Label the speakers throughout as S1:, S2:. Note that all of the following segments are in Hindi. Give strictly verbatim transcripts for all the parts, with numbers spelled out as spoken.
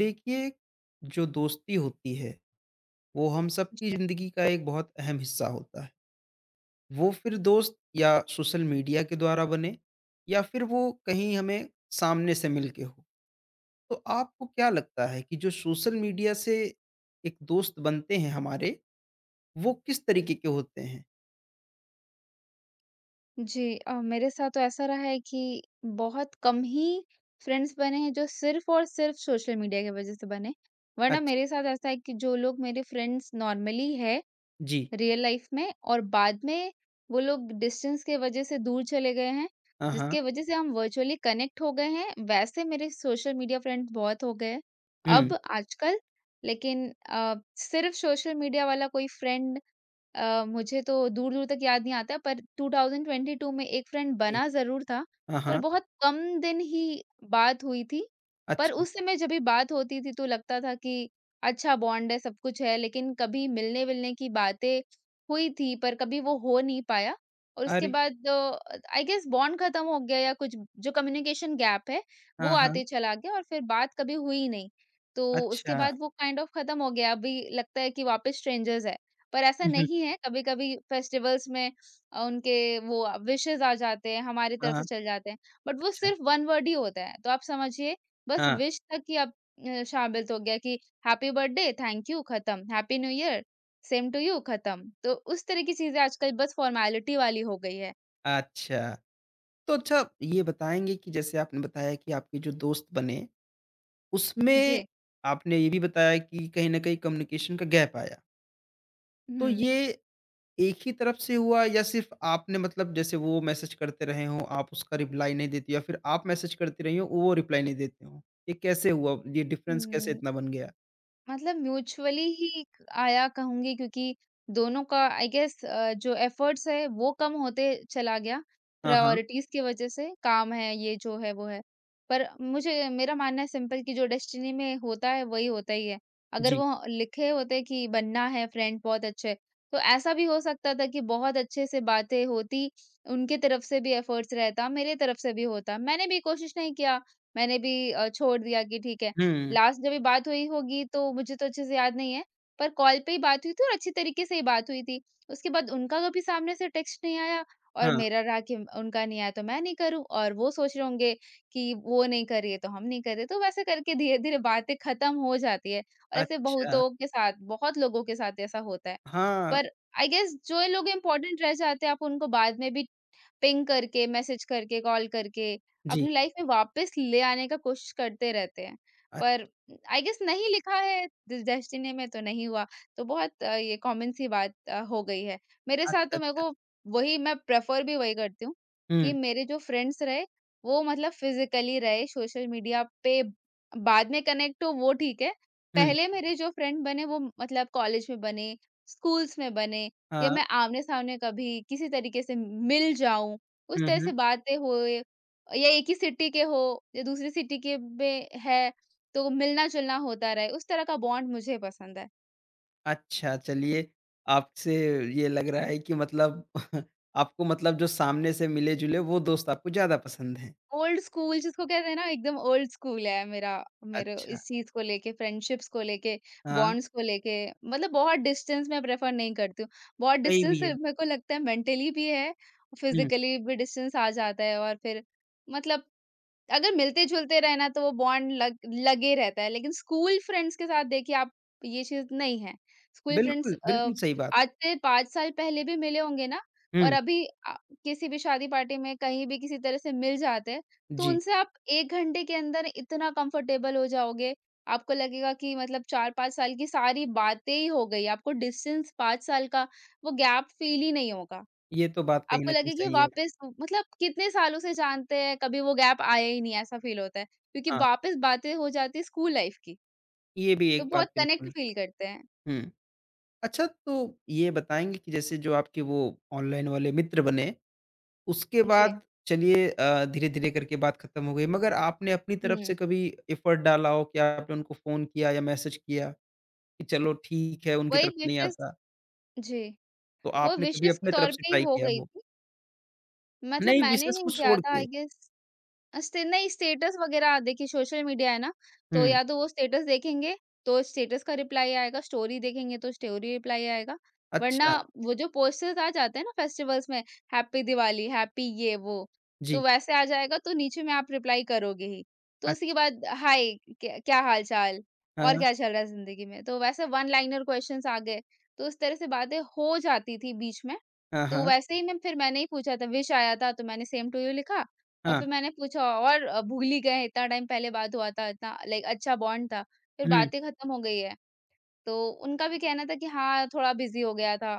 S1: देखिए, जो दोस्ती होती है, वो हम सबकी
S2: जी,
S1: ज़िंदगी का एक बहुत अहम हिस्सा होता है। वो फिर दोस्त या सोशल मीडिया के द्वारा बने या फिर वो कहीं हमें सामने से मिल के हो। तो आपको क्या लगता है कि जो सोशल मीडिया से एक दोस्त बनते हैं हमारे, वो किस तरीके के होते हैं?
S2: जी, अ, मेरे साथ तो ऐसा रहा है कि बहुत कम ही फ्रेंड्स बने हैं जो सिर्फ़ और सिर्फ़ सोशल मीडिया की वज़ह से बने। वरना
S1: अच्छा,
S2: मेरे साथ ऐसा है कि जो लोग मेरे फ्रेंड्स नॉर्मली है
S1: जी।
S2: रियल लाइफ़ में और बाद में वो लोग डिस्टेंस के वज़ह से दूर चले गए हैं,
S1: हाँ, हाँ।
S2: जिसके वज़ह से हम वर्चुअली कनेक्ट हो गए हैं, वैसे मेरे सोशल मीडिया फ्रेंड्स बहुत हो गए हैं
S1: हुँ,
S2: अब आजकल। लेकिन अ, सिर्फ़ सोशल मीडिया वाला कोई फ्रेंड अ, मुझे तो दूर-दूर तक याद नहीं आता पर ट्वेंटी ट्वेंटी टू में एक फ्रेंड
S1: जी।
S2: बना ज़रूर था,
S1: हाँ,
S2: पर
S1: हाँ।
S2: बहुत कम दिन ही बात हुई थी। पर
S1: अच्छा,
S2: उस समय जब भी बात होती थी तो लगता था कि अच्छा बॉन्ड है, सब कुछ है, लेकिन कभी मिलने-विलने की बातें हुई थी पर कभी वो हो नहीं पाया और उसके
S1: अरे!
S2: बाद आई गेस बॉन्ड खत्म हो गया या कुछ जो कम्युनिकेशन गैप है, वो
S1: हाँ, हाँ।
S2: आते चला गया और फिर बात कभी हुई ही नहीं। तो उसके
S1: अच्छा।
S2: बाद वो काइंड ऑफ खत्म हो गया, अभी लगता है कि वापस स्ट्रेंजर्स है। पर ऐसा
S1: हुँ, हुँ।
S2: नहीं है, कभी-कभी फेस्टिवल्स में अ, उनके वो विशेज़ आ जाते हैं, हमारी
S1: हाँ,
S2: तरफ
S1: हाँ।
S2: से चले जाते हैं, बट वो
S1: अच्छा।
S2: सिर्फ़ एक वर्ड ही होता है। तो आप समझिए बस
S1: हाँ,
S2: विश तक ही अब अ, शामिल तो हो गया कि हैप्पी बर्थडे, थैंक यू, खत्म, happy new year, same to you, खत्म। तो उस तरह की चीज़ें आजकल बस फ़ॉर्मेलिटी वाली हो गई है।
S1: अच्छा। तो अच्छा ये बताएँगे कि जैसे आपने बताया कि आपके जो दोस्त बने, उसमें
S2: जी।
S1: आपने ये भी बताया कि कहीं न कहीं कम्युनिकेशन का गैप आया। तो
S2: हुँ।
S1: ये एक ही तरफ से हुआ या सिर्फ़ आपने मतलब जैसे वो मैसेज करते रहे हों, आप उसका रिप्लाई नहीं देती या फिर आप मैसेज करती रही हों, वो रिप्लाई नहीं देते हों? ये कैसे हुआ? ये डिफ़रेंस कैसे
S2: हुँ।
S1: इतना बन गया?
S2: मतलब म्यूचुअली ही आया कहूँगी क्योंकि दोनों का आई गेस अ, जो एफर्ट्स है वो कम होते चला गया।
S1: हाँ, हाँ।
S2: प्रायोरिटीज़ की वजह से काम है, ये जो है वो है। पर मुझे मेरा मानना है सिंपल कि जो डेस्टिनी में होता है वही होता ही है। अगर
S1: जी।
S2: वो लिखे होते कि बनना है फ्रेंड बहुत अच्छे, तो ऐसा भी हो सकता था कि बहुत अच्छे से बातें होती, उनकी तरफ से भी एफर्ट्स रहता, मेरे तरफ से भी होता। मैंने भी कोशिश नहीं किया, मैंने भी अ, छोड़ दिया कि ठीक है
S1: हुँ।
S2: लास्ट जब ये बात हुई होगी तो मुझे तो अच्छे से याद नहीं है, पर कॉल पे ही बात हुई थी और अच्छी तरीके से ही बात हुई थी। उसके बाद उनका कभी सामने से टेक्स्ट नहीं आया और
S1: हाँ।
S2: मेरा रहा कि उनका नहीं आया तो मैं नहीं करूँ और वो सोच रहे होंगे कि वो नहीं कर रही है तो हम नहीं कर रहे, तो वैसे करके धीरे-धीरे बातें खत्म हो जाती है और ऐसे
S1: अच्छा।
S2: बहुतों के साथ बहुत लोगों के साथ ऐसा होता है।
S1: हाँ।
S2: पर आई गेस जो ये लोग इम्पोर्टेंट रह जाते हैं आप उनको बाद में भी पिंग करके, मैसेज करके, कॉल करके,
S1: जी।
S2: अपनी लाइफ में वापस ले आने का कोशिश करते रहते हैं।
S1: अ
S2: पर आई गेस नहीं लिखा है डि डेस्टिनी में तो नहीं हुआ। तो बहुत अ, ये कॉमन सी बात अ, हो गई है। मेरे साथ
S1: अच्छा,
S2: तो मेरे
S1: अच्छा।
S2: को वही मैं प्रेफ़र भी वही करती हूँ कि
S1: हुँ,
S2: मेरे जो फ्रेंड्स रहे, वो मतलब फ़िज़िकली रहे, सोशल मीडिया पे बाद में कनेक्ट हो वो ठीक है।
S1: हुँ।
S2: पहले मेरे जो फ्रेंड बने वो मतलब कॉलेज में बने, स्कूल्स में बने या
S1: हाँ।
S2: मैं आमने-सामने कभी किसी तरीके से मिल जाऊँ, उस
S1: हुँ,
S2: तरह से
S1: हुँ।
S2: बातें होए या एक ही सिटी के हो या दूसरी सिटी के में है, तो मिलना-जुलना होता रहे, उस तरह का बॉन्ड मुझे पसंद है।
S1: अच्छा, चलिए आपसे ये लग रहा है कि मतलब आपको मतलब जो सामने से मिले-जुले वो दोस्त आपको ज़्यादा पसंद हैं।
S2: ओल्ड स्कूल जिसको कहते हैं ना, एकदम ओल्ड स्कूल है मेरा मेरे
S1: अच्छा,
S2: इस चीज़ को लेके, फ्रेंडशिप्स को लेके,
S1: हाँ,
S2: बॉन्ड्स को लेके, मतलब बहुत डिस्टेंस मैं प्रेफ़र नहीं करती हूँ। बहुत
S1: सही
S2: डिस्टेंस
S1: भी है।
S2: मेरे को लगता है मेंटली भी है,
S1: हुँ,
S2: फिज़िकली भी डिस्टेंस आ जाता है और फिर मतलब अगर मिलते-जुलते रहे ना तो वो बॉन्ड लग लगे रहता है, लेकिन स्कूल फ्रेंड्स के साथ देखिए आप ये चीज़ नहीं है। स्कूल फ्रेंड्स
S1: बिल्कुल,
S2: अ,
S1: बिल्कुल सही बात।
S2: आज से पाँच साल पहले भी मिले होंगे ना और
S1: हुँ,
S2: अभी अ, किसी भी शादी पार्टी में कहीं भी किसी तरह से मिल जाते हैं, तो
S1: जी,
S2: उनसे आप एक घंटे के अंदर इतना कंफर्टेबल हो जाओगे, आपको लगेगा कि मतलब चार पाँच साल की सारी बातें ही हो गई, आपको डिस्टेंस पाँच साल का वो गैप फील ही नहीं होगा।
S1: ये तो बात कहीं
S2: आपको
S1: न कहीं
S2: लगे कि
S1: सही है।
S2: वापस मतलब कितने सालों से जानते हैं, कभी वो गैप आया ही नहीं ऐसा फ़ील होता है। क्योंकि
S1: हाँ,
S2: वापस बातें हो जाती है स्कूल लाइफ़ की,
S1: ये भी
S2: तो
S1: एक बात
S2: बहुत कनेक्ट
S1: बिल्कुल
S2: फ़ील करते हैं।
S1: हुँ। अच्छा तो ये बताएँगे कि जैसे जो आपके वो ऑनलाइन वाले मित्र बने, उसके
S2: जी,
S1: बाद चलिए अ, धीरे-धीरे करके बात खत्म हो गई, मगर आपने अपनी तरफ
S2: हुँ,
S1: से कभी एफर्ट डाला हो कि आपने उनको फ़ोन किया या मैसेज किया? कि चलो ठीक है, उनकी
S2: वही
S1: तरफ से नहीं
S2: विशेज़
S1: आता,
S2: जी,
S1: तो
S2: वो
S1: आपने कभी
S2: विशेज़ के
S1: अपने तरफ
S2: तौर
S1: से
S2: पे ही
S1: ट्राई
S2: हो
S1: किया
S2: गई
S1: हो?
S2: थी। मतलब
S1: नहीं,
S2: मैंने
S1: विशेष को
S2: नहीं किया
S1: छोड़
S2: था
S1: के।
S2: आई गेस स्टे नहीं स्टेटस वगैरह देखिए सोशल मीडिया है ना, तो
S1: हुँ,
S2: या तो वो स्टेटस देखेंगे, तो स्टेटस का रिप्लाई आएगा, स्टोरी देखेंगे तो स्टोरी रिप्लाई आएगा, वरना
S1: अच्छा,
S2: वो जो पोस्टर्स आ जाते हैं ना फेस्टिवल्स में, हैप्पी दिवाली, हैप्पी ये वो, तो
S1: जी,
S2: वैसे आ जाएगा तो नीचे में आप रिप्लाई करोगे ही। तो उसके
S1: अच्छ
S2: बाद हाय क्या क्या हाल-चाल? और
S1: हाँ,
S2: क्या चल रहा है ज़िंदगी में? तो वैसे वन लाइनर क्वेश्चंस आ गए, तो उस तरह से बातें हो जाती थी बीच में।
S1: हाँ,
S2: तो
S1: हाँ,
S2: वैसे ही मैं फिर मैंने ही पूछा था विश आया था, तो मैंने सेम टू यू लिखा और
S1: हाँ,
S2: फिर मैंने पूछा और अ, भूल ही गए इतना टाइम पहले बात हुआ था, इतना लाइक अच्छा बॉन्ड था। फिर
S1: हुँ,
S2: बातें खत्म हो गई है। तो उनका भी कहना था कि हाँ, थोड़ा बिज़ी हो गया था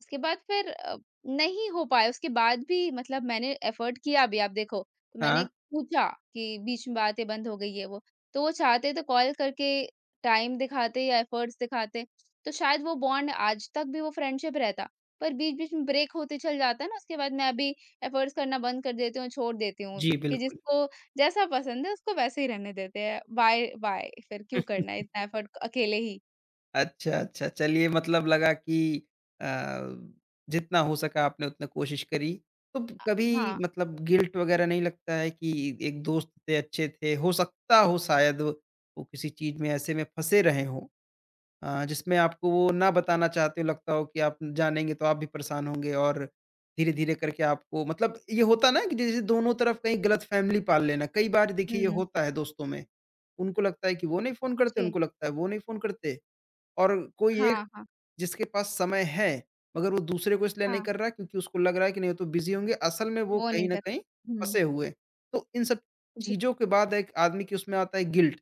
S2: उसके बाद फिर अ, नहीं हो पाया उसके बाद भी मतलब मैंने एफर्ट किया भी आप देखो, तो मैंने
S1: हाँ,
S2: पूछा कि बीच में बातें बंद हो गई ये वो। तो वो चाहते तो कॉल करके टाइम दिखाते या एफर्ट्स दिखाते, तो शायद वो बॉन्ड आज तक भी वो फ्रेंडशिप रहता। पर बीच-बीच में ब्रेक होते चल जाता है ना, उसके बाद मैं अभी एफर्ट्स करना बंद कर देती हूँ, छोड़ देती हूँ
S1: जी,
S2: कि
S1: बिल्कुल।
S2: जिसको जैसा पसंद है उसको वैसे ही रहने देते हैं। बाय बाय फिर क्यों करना है इतना एफर्ट अकेले ही।
S1: अच्छा, अच्छा, चलिए मतलब लगा कि अ, जितना हो सका आपने उतना कोशिश करी। तो
S2: अ,
S1: कभी
S2: हाँ।
S1: मतलब गिल्ट वगैरह नहीं लगता है कि एक दोस्त थे, अच्छे थे, हो सकता हो शायद वो किसी चीज़ में ऐसे में फँसे रहे हों? अ, जिसमें आपको वो ना बताना चाहते हो, लगता हो कि आप जानेंगे तो आप भी परेशान होंगे और धीरे-धीरे करके आपको मतलब ये होता है ना कि जैसे दोनों तरफ कहीं गलतफ़हमी पाल लेना। कई बार देखिए ये
S2: हुँ।
S1: होता है दोस्तों में। उनको लगता है कि वो नहीं फ़ोन करते,
S2: जी।
S1: उनको लगता है वो नहीं फ़ोन करते और कोई एक
S2: हाँ, हाँ,
S1: जिसके पास समय है, मगर वो दूसरे को इसलिए नहीं
S2: हाँ।
S1: कर रहा है क्योंकि उसको लग रहा है कि नहीं वो तो बिज़ी होंगे, असल में वो
S2: वो
S1: कहीं
S2: नहीं
S1: न
S2: कर
S1: कहीं
S2: रहा। हुँ।
S1: फँसे हुए। तो इन सब
S2: जी।
S1: चीज़ों के बाद एक आदमी के उसमें आता है गिल्ट।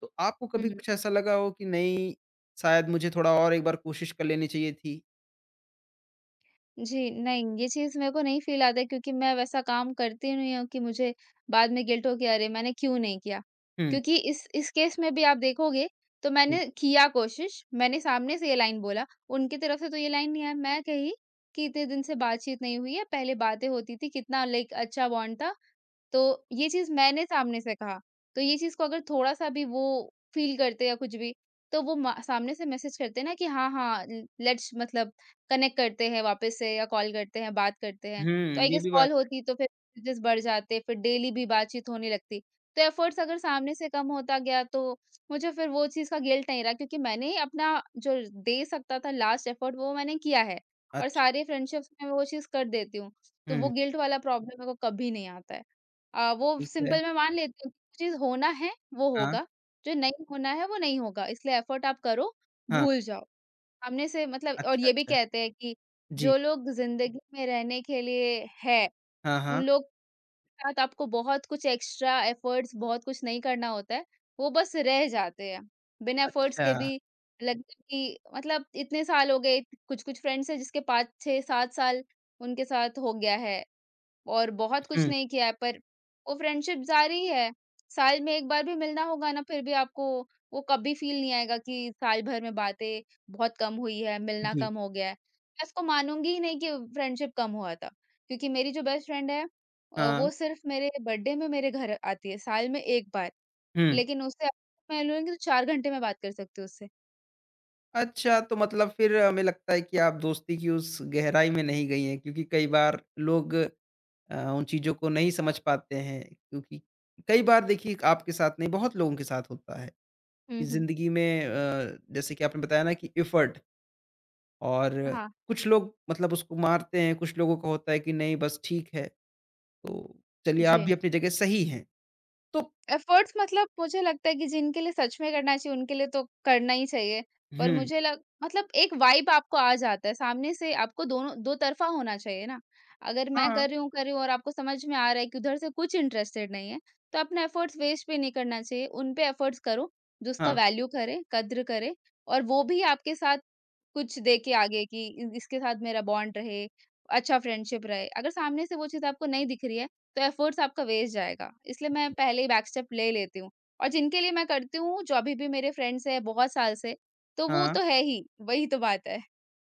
S1: तो आपको कभी
S2: हुँ।
S1: कुछ ऐसा लगा हो कि नहीं, शायद मुझे थोड़ा और एक बार कोशिश कर लेनी चाहिए थी?
S2: जी, नहीं ये चीज़ मेरे को नहीं फ़ील आता है क्योंकि मैं वैसा काम करती नहीं हूँ कि मुझे बाद में गिल्ट हो कि अरे! मैंने क्यों नहीं किया?
S1: हुँ,
S2: क्योंकि इस इस केस में भी आप देखोगे तो
S1: जी।
S2: मैंने किया कोशिश, मैंने सामने से ये लाइन बोला, उनकी तरफ से तो ये लाइन नहीं आई। मैं कही कि इतने दिन से बातचीत नहीं हुई है, पहले बातें होती थी, कितना लाइक अच्छा बॉन्ड था तो ये चीज़ मैंने सामने से कहा, तो ये चीज़ को अगर थोड़ा-सा भी वो फ़ील करते या कुछ भी, तो वो मा सामने से मैसेज करते ना कि हाँ, हाँ, ल लेट्स मतलब कनेक्ट करते हैं वापस से या कॉल करते हैं, बात करते हैं। तो
S1: हुँ,
S2: आई
S1: ये
S2: गेस
S1: भी बात
S2: कॉल
S1: है।
S2: होती तो फिर मैसेजेस बढ़ जाते, फिर डेली भी बातचीत होने लगती। तो एफर्ट्स अगर सामने से कम होता गया तो मुझे फिर वो चीज़ का गिल्ट नहीं रहा क्योंकि मैंने अपना जो दे सकता था लास्ट एफर्ट वो मैंने किया है और
S1: अच्छा,
S2: सारे फ्रेंडशिप्स में वो चीज़ कर देती हूँ। तो वो
S1: हुँ,
S2: गिल्ट वाला प्रॉब्लम मेरे को कभी नहीं आता है। अ, वो
S1: ठीक है।
S2: सिंपल मैं मान लेती हूँ कि चीज़ होना है, वो
S1: हाँ,
S2: होगा, जो नहीं होना है, वो नहीं होगा, इसलिए एफर्ट आप करो,
S1: हाँ,
S2: भूल जाओ। सामने से मतलब और
S1: अच्छा,
S2: ये भी
S1: अच्छा।
S2: कहते हैं कि
S1: जी,
S2: जो लोग ज़िंदगी में रहने के लिए है,
S1: हाँ,
S2: उन
S1: हाँ,
S2: लोग के साथ आपको बहुत कुछ एक्स्ट्रा एफर्ट्स, बहुत कुछ नहीं करना होता है, वो बस रह जाते हैं। बिना एफर्ट्स
S1: अच्छा,
S2: के भी लगता है कि मतलब इतने साल हो गए, कुछ-कुछ फ्रेंड्स हैं जिसके पाँच, छह, सात साल उनके साथ हो गया है। और बहुत कुछ
S1: हुँ,
S2: नहीं किया है पर वो फ्रेंडशिप जारी है। साल में एक बार भी मिलना होगा ना फिर भी आपको वो कभी फ़ील नहीं आएगा कि साल भर में बातें बहुत कम हुई है, मिलना
S1: जी,
S2: कम हो गया है। मैं इसको मानूँगी ही नहीं कि फ्रेंडशिप कम हुआ था। क्योंकि मेरी जो बेस्ट फ्रेंड है अ,
S1: हाँ,
S2: वो सिर्फ़ मेरे बर्थडे में मेरे घर आती है, साल में एक बार।
S1: हुँ।
S2: लेकिन उससे मैं लूँगी तो चार घंटे में बात कर सकती हूँ उससे।
S1: अच्छा, तो मतलब फिर हमें लगता है कि आप दोस्ती की उस गहराई में नहीं गई हैं क्योंकि कई बार लोग अ, उन चीज़ों को नहीं समझ पाते हैं क्योंकि कई बार देखिए आपके साथ नहीं, बहुत लोगों के साथ होता है कि
S2: हुँ, हुँ।
S1: ज़िंदगी में अ, जैसे कि आपने बताया ना कि एफर्ट और
S2: हाँ,
S1: कुछ लोग मतलब उसको मारते हैं, कुछ लोगों का होता है कि नहीं बस ठीक है, तो चलिए आप भी
S2: जी।
S1: अपनी जगह सही हैं। तो
S2: एफर्ट्स मतलब मुझे लगता है कि जिनके लिए सच में करना चाहिए, उनके लिए तो करना ही चाहिए। पर
S1: हुँ,
S2: मुझे लग मतलब एक वाइब आपको आ जाता है, सामने से आपको दोनों दो तरफ़ा होना चाहिए ना। अगर मैं
S1: हाँ,
S2: कर रही हूँ, कर रही हूँ और आपको समझ में आ रहा है कि उधर से कुछ इंटरेस्टेड नहीं है, तो अपना एफर्ट्स वेस्ट भी नहीं करना चाहिए। उन पे एफर्ट्स करो, जो उसका
S1: हाँ,
S2: वैल्यू करे, कद्र करे और वो भी आपके साथ कुछ दे के आगे कि इ इसके साथ मेरा बॉन्ड रहे, अच्छा फ्रेंडशिप रहे। अगर सामने से वो चीज़ आपको नहीं दिख रही है, तो एफर्ट्स आपका वेस्ट जाएगा। इसलिए मैं
S1: जी।
S2: पहले ही बैक स्टेप ले लेती हूँ। और जिनके लिए मैं करती हूँ, जो अभी भी मेरे फ्रेंड्स हैं बहुत साल से, तो वो
S1: हाँ।
S2: तो है ही, वही तो बात है।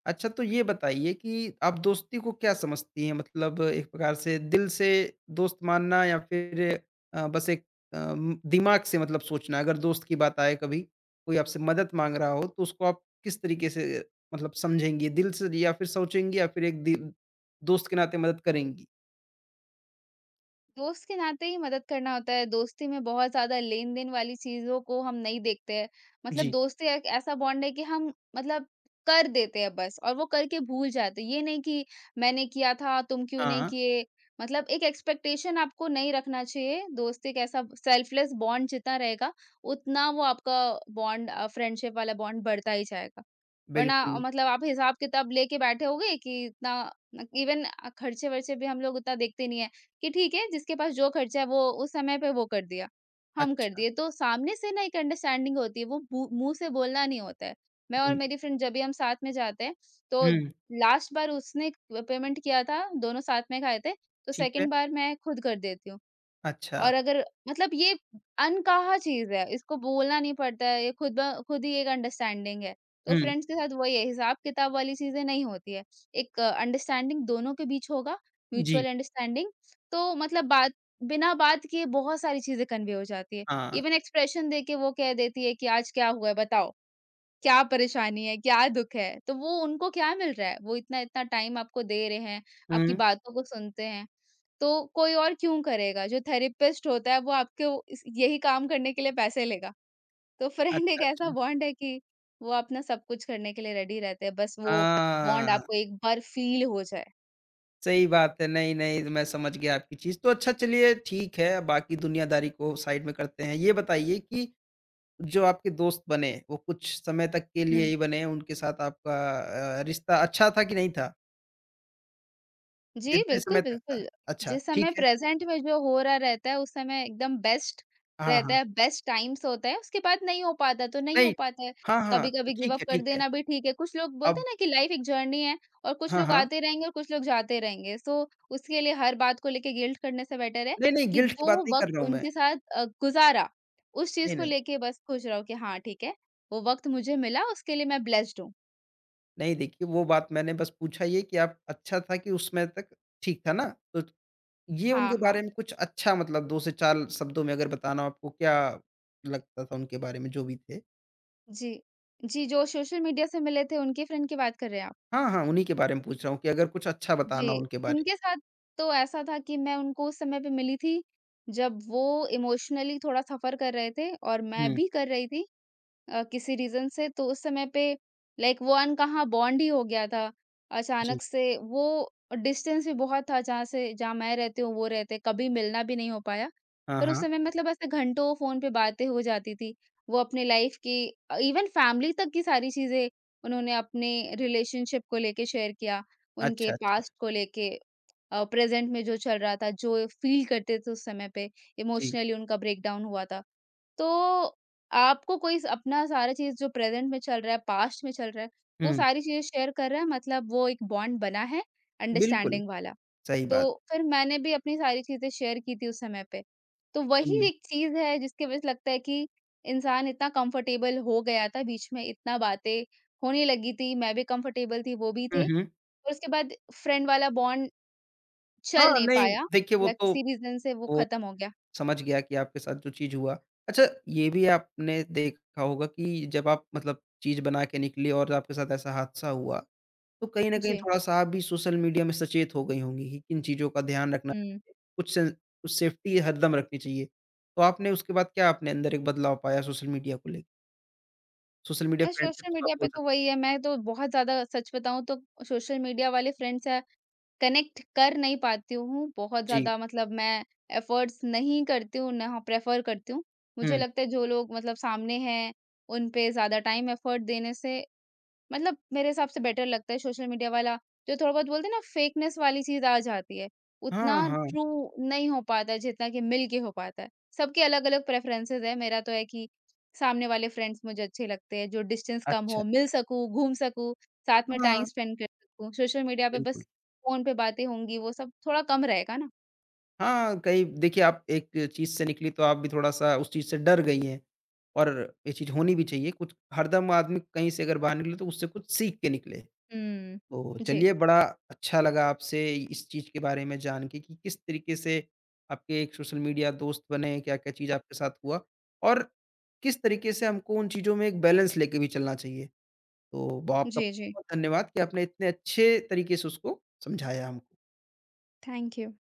S1: अच्छा तो ये बताइए कि आप दोस्ती को क्या समझती हैं? मतलब एक प्रकार से दिल से दोस्त मानना या फिर अ, बस एक अम, दिमाग से मतलब सोचना? अगर दोस्त की बात आए कभी, कोई आपसे मदद माँग रहा हो, तो उसको आप किस तरीके से मतलब समझेंगी? दिल से या फिर सोचेंगी या फिर एक दि दोस्त के नाते मदद करेंगी?
S2: दोस्त के नाते ही मदद करना होता है, दोस्ती में बहुत ज़्यादा लेन-देन वाली चीज़ों को हम नहीं देखते हैं। मतलब
S1: जी।
S2: दोस्ती एक ऐसा बॉन्ड है कि हम मतलब कर देते हैं बस और वो करके भूल जाते हैं। ये नहीं कि मैंने किया था, तुम क्यों नहीं
S1: हाँ,
S2: किए? मतलब एक एक्सपेक्टेशन आपको नहीं रखना चाहिए। दोस्त एक ऐसा सेल्फलेस बॉन्ड जितना रहेगा, उतना वो आपका बॉन्ड अ, फ्रेंडशिप वाला बॉन्ड बढ़ता ही जाएगा। वरना अ,
S1: बिल्कुल।
S2: मतलब आप हिसाब-किताब लेके बैठे होगे कि इतना इवन अ, खर्चे-वर्चे भी हम लोग उतना देखते नहीं है। कि ठीक है जिसके पास जो खर्चा है वो उस समय पे वो कर दिया, हम कर
S1: अच्छा,
S2: दिए। तो सामने से ना एक अंडरस्टैंडिंग होती है, वो मुँह मुँह से बोलना नहीं होता है। मैं और
S1: जी।
S2: मेरी फ्रेंड जब भी हम साथ में जाते हैं, तो
S1: हुँ,
S2: लास्ट बार उसने पेमेंट किया था, दोनों साथ में खाए थे, तो
S1: ठीक है।
S2: सेकंड बार मैं खुद कर देती हूँ।
S1: अच्छा,
S2: और अगर मतलब ये अनकहा चीज़ है, इसको बोलना नहीं पड़ता है, ये खुद ब खुद ही एक अंडरस्टैंडिंग है। तो
S1: हुँ,
S2: फ्रेंड्स के साथ वही है, हिसाब-किताब वाली चीज़ें नहीं होती है। एक अंडरस्टैंडिंग दोनों के बीच होगा,
S1: जी,
S2: म्यूचुअल अंडरस्टैंडिंग, तो मतलब बात बिना बात किए बहुत सारी चीज़ें कन्वे हो जाती है।
S1: हाँ।
S2: इवन एक्सप्रेशन देके वो कह देती है कि आज क्या हुआ है बताओ? क्या परेशानी है, क्या दुःख है? तो वो उनको क्या मिल रहा है? वो इतना-इतना टाइम आपको दे रहे हैं, आपकी
S1: हुँ,
S2: बातों को सुनते हैं, तो कोई और क्यों करेगा? जो थेरेपिस्ट होता है वो आपके वो इस यही काम करने के लिए पैसे लेगा। तो फ्रेंड
S1: अच्छा,
S2: एक
S1: अच्छा।
S2: ऐसा बॉन्ड है कि वो अपना सब कुछ करने के लिए रेडी रहते हैं, बस वो बॉन्ड
S1: हाँ,
S2: आपको एक बार फ़ील हो जाए।
S1: सही बात है। नहीं, नहीं, मैं समझ गया आपकी चीज़। तो अच्छा चलिए ठीक है, बाकी दुनियादारी को साइड में करते हैं। ये बताइए कि जो आपके दोस्त बने, वो कुछ समय तक के लिए
S2: हुँ।
S1: ही बने, उनके साथ आपका अ, रिश्ता अच्छा था कि नहीं था?
S2: जी,
S1: जितने
S2: बिल्कुल,
S1: समय तक
S2: बिल्कुल।
S1: था? अच्छा,
S2: जिस समय
S1: ठीक है।
S2: प्रेज़ेंट में जो हो रहा रहता है, उस समय एकदम बेस्ट
S1: हाँ,
S2: रहता
S1: हाँ।
S2: है, बेस्ट टाइम्स होता है, उसके बाद नहीं हो पाता तो नहीं हो
S1: नहीं
S2: पाता है।
S1: हाँ, हाँ, तो
S2: कभी-कभी गिव
S1: ठीक
S2: अप
S1: है,
S2: कर
S1: ठीक है।
S2: देना भी ठीक है। कुछ लोग बोलते
S1: अब
S2: हैं ना कि लाइफ़ एक जर्नी है और कुछ
S1: हाँ,
S2: लोग
S1: हाँ।
S2: आते रहेंगे और कुछ लोग जाते रहेंगे। सो उसके लिए हर बात को लेके गिल्ट करने से बेटर है
S1: नहीं, नहीं,
S2: कि
S1: गिल्ट की बात
S2: जो
S1: नहीं कर
S2: वक़्त
S1: रहा हूँ मैं।
S2: उनके साथ अ, गुज़ारा, उस चीज़
S1: नहीं,
S2: को
S1: नहीं।
S2: लेके बस खुश रहो कि हाँ, ठीक है, वो वक़्त मुझे मिला, उसके लिए मैं ब्लेस्ड हूँ।
S1: नहीं देखिए वो बात मैंने बस पूछा ये कि आप अच्छा था कि उसमें तक ठीक था ना? तो ये
S2: हाँ,
S1: उनके
S2: हाँ।
S1: बारे में कुछ अच्छा मतलब दो से चार शब्दों में अगर बताना हो आपको क्या लगता था उनके बारे में जो भी थे?
S2: जी। जी, जो सोशल मीडिया से मिले थे उनके फ्रेंड की बात कर रहे हैं आप?
S1: हाँ, हाँ, उन्हीं के बारे में पूछ रहा हूँ कि अगर कुछ अच्छा बताना हो
S2: जी,
S1: उनके बारे
S2: उनके साथ तो ऐसा था कि मैं उनको उस समय पे मिली थी, जब वो इमोशनली थोड़ा सफ़र कर रहे थे और
S1: में।
S2: मैं
S1: हुँ,
S2: भी कर रही थी। अ, किसी रीज़न से तो उस समय पे लाइक वो अनकहा बॉन्ड ही हो गया था।
S1: जी।
S2: अचानक से वो डिस्टेंस भी बहुत था जहाँ से जहाँ मैं रहती हूँ, वो रहते, कभी मिलना भी नहीं हो पाया।
S1: हाँ,
S2: पर उस
S1: हाँ।
S2: समय मतलब ऐसे घंटों फ़ोन पे बातें हो जाती थी। वो अपने लाइफ़ की अ, इवन फ़ैमिली तक की सारी चीज़ें उन्होंने अपने रिलेशनशिप को लेके शेयर किया, उनके
S1: अच्छा, अच्छा।
S2: पास्ट को लेके अ, प्रेज़ेंट में जो चल रहा था, जो फील करते थे उस समय पे,
S1: जी।
S2: इमोशनली उनका ब्रेकडाउन हुआ था। तो आपको कोई स अपना सारा चीज़ जो प्रेज़ेंट में चल रहा है, पास्ट में चल रहा है, वो
S1: हुँ,
S2: सारी चीज़ें शेयर कर रहा है मतलब वो एक बॉन्ड बना है
S1: बिल्कुल,
S2: अंडरस्टैंडिंग वाला।
S1: सही
S2: तो
S1: बात।
S2: फिर मैंने भी अपनी सारी चीज़ें शेयर की थी उस समय पे। तो वही
S1: हुँ।
S2: एक चीज़ है जिसकी वज़ह से लगता है कि इंसान इतना कंफ़र्टेबल हो गया था बीच में इतना बातें होने लगी थी, मैं भी कंफ़र्टेबल थी, वो भी
S1: हुँ,
S2: थे।
S1: हुँ।
S2: और उसके बाद फ्रेंड वाला बॉन्ड
S1: हाँ,
S2: चल नहीं
S1: नहीं
S2: पाया
S1: देखिए वो
S2: या
S1: तो
S2: किसी रीज़न से वो
S1: वो
S2: ख़त्म हो गया।
S1: समझ गया कि आपके साथ जो चीज़ हुआ। अच्छा ये भी आपने देखा होगा कि जब आप मतलब चीज़ बना के निकली और आपके साथ ऐसा हादसा हुआ, तो कहीं न कहीं
S2: जी।
S1: थोड़ा-सा आप भी सोशल मीडिया में सचेत हो गई होंगी कि किन चीज़ों का ध्यान रखना चाहिए, कुछ से कुछ सेफ्टी हरदम रखनी चाहिए। तो आपने उसके बाद क्या अपने अंदर एक बदलाव पाया सोशल मीडिया को लेके? Social media
S2: uh, social
S1: friendship आप
S2: मीडिया
S1: बोल
S2: पे तो
S1: सकते हैं?
S2: वही है, मैं तो बहुत ज़्यादा सच बताऊँ तो सोशल मीडिया वाले फ्रेंड से कनेक्ट कर नहीं पाती हूँ, बहुत
S1: जी।
S2: ज़्यादा मतलब मैं एफ़र्ट्स नहीं करती हूँ, ना प्रेफ़र करती हूँ। मुझे
S1: हुँ।
S2: लगता है जो लोग मतलब सामने हैं, उन पे ज़्यादा टाइम एफ़र्ट देने से मतलब मेरे हिसाब से बेटर लगता है। सोशल मीडिया वाला जो थोड़ा बहुत बोलते हैं ना फेकनेस वाली चीज आ जाती है, उतना
S1: हाँ, हाँ।
S2: ट्रू नहीं हो पाता है जितना कि मिल के हो पाता है। सबके अलग अलग प्रेफरेंसेस है, मेरा तो है कि सामने वाले फ्रेंड्स मुझे अच्छे लगते हैं, जो डिस्टेंस कम
S1: अच्छा।
S2: हो मिल सकूं घूम सकूं साथ में टाइम
S1: हाँ,
S2: स्पेंड कर सकूं। सोशल मीडिया पे
S1: बिल्कुल।
S2: बस फोन पे बातें होंगी वो सब थोड़ा कम रहेगा ना।
S1: हाँ, कई देखिए आप एक चीज़ से निकली तो आप भी थोड़ा-सा उस चीज़ से डर गई हैं और ये चीज़ होनी भी चाहिए। कुछ हरदम आदमी कहीं से अगर बाहर निकले तो उससे कुछ सीख के निकले। तो
S2: हम्म। जी
S1: चलिए बड़ा अच्छा लगा आपसे इस चीज़ के बारे में जान के कि किस तरीके से आपके एक सोशल मीडिया दोस्त बने, क्या-क्या चीज़ आपके साथ हुआ और किस तरीके से हमको उन चीज़ों में एक बैलेंस लेके भी चलना चाहिए। तो ब आपका
S2: जी जी।
S1: बहुत धन्यवाद कि आपने इतने अच्छे तरीके से उसको समझाया हमको।
S2: Thank you.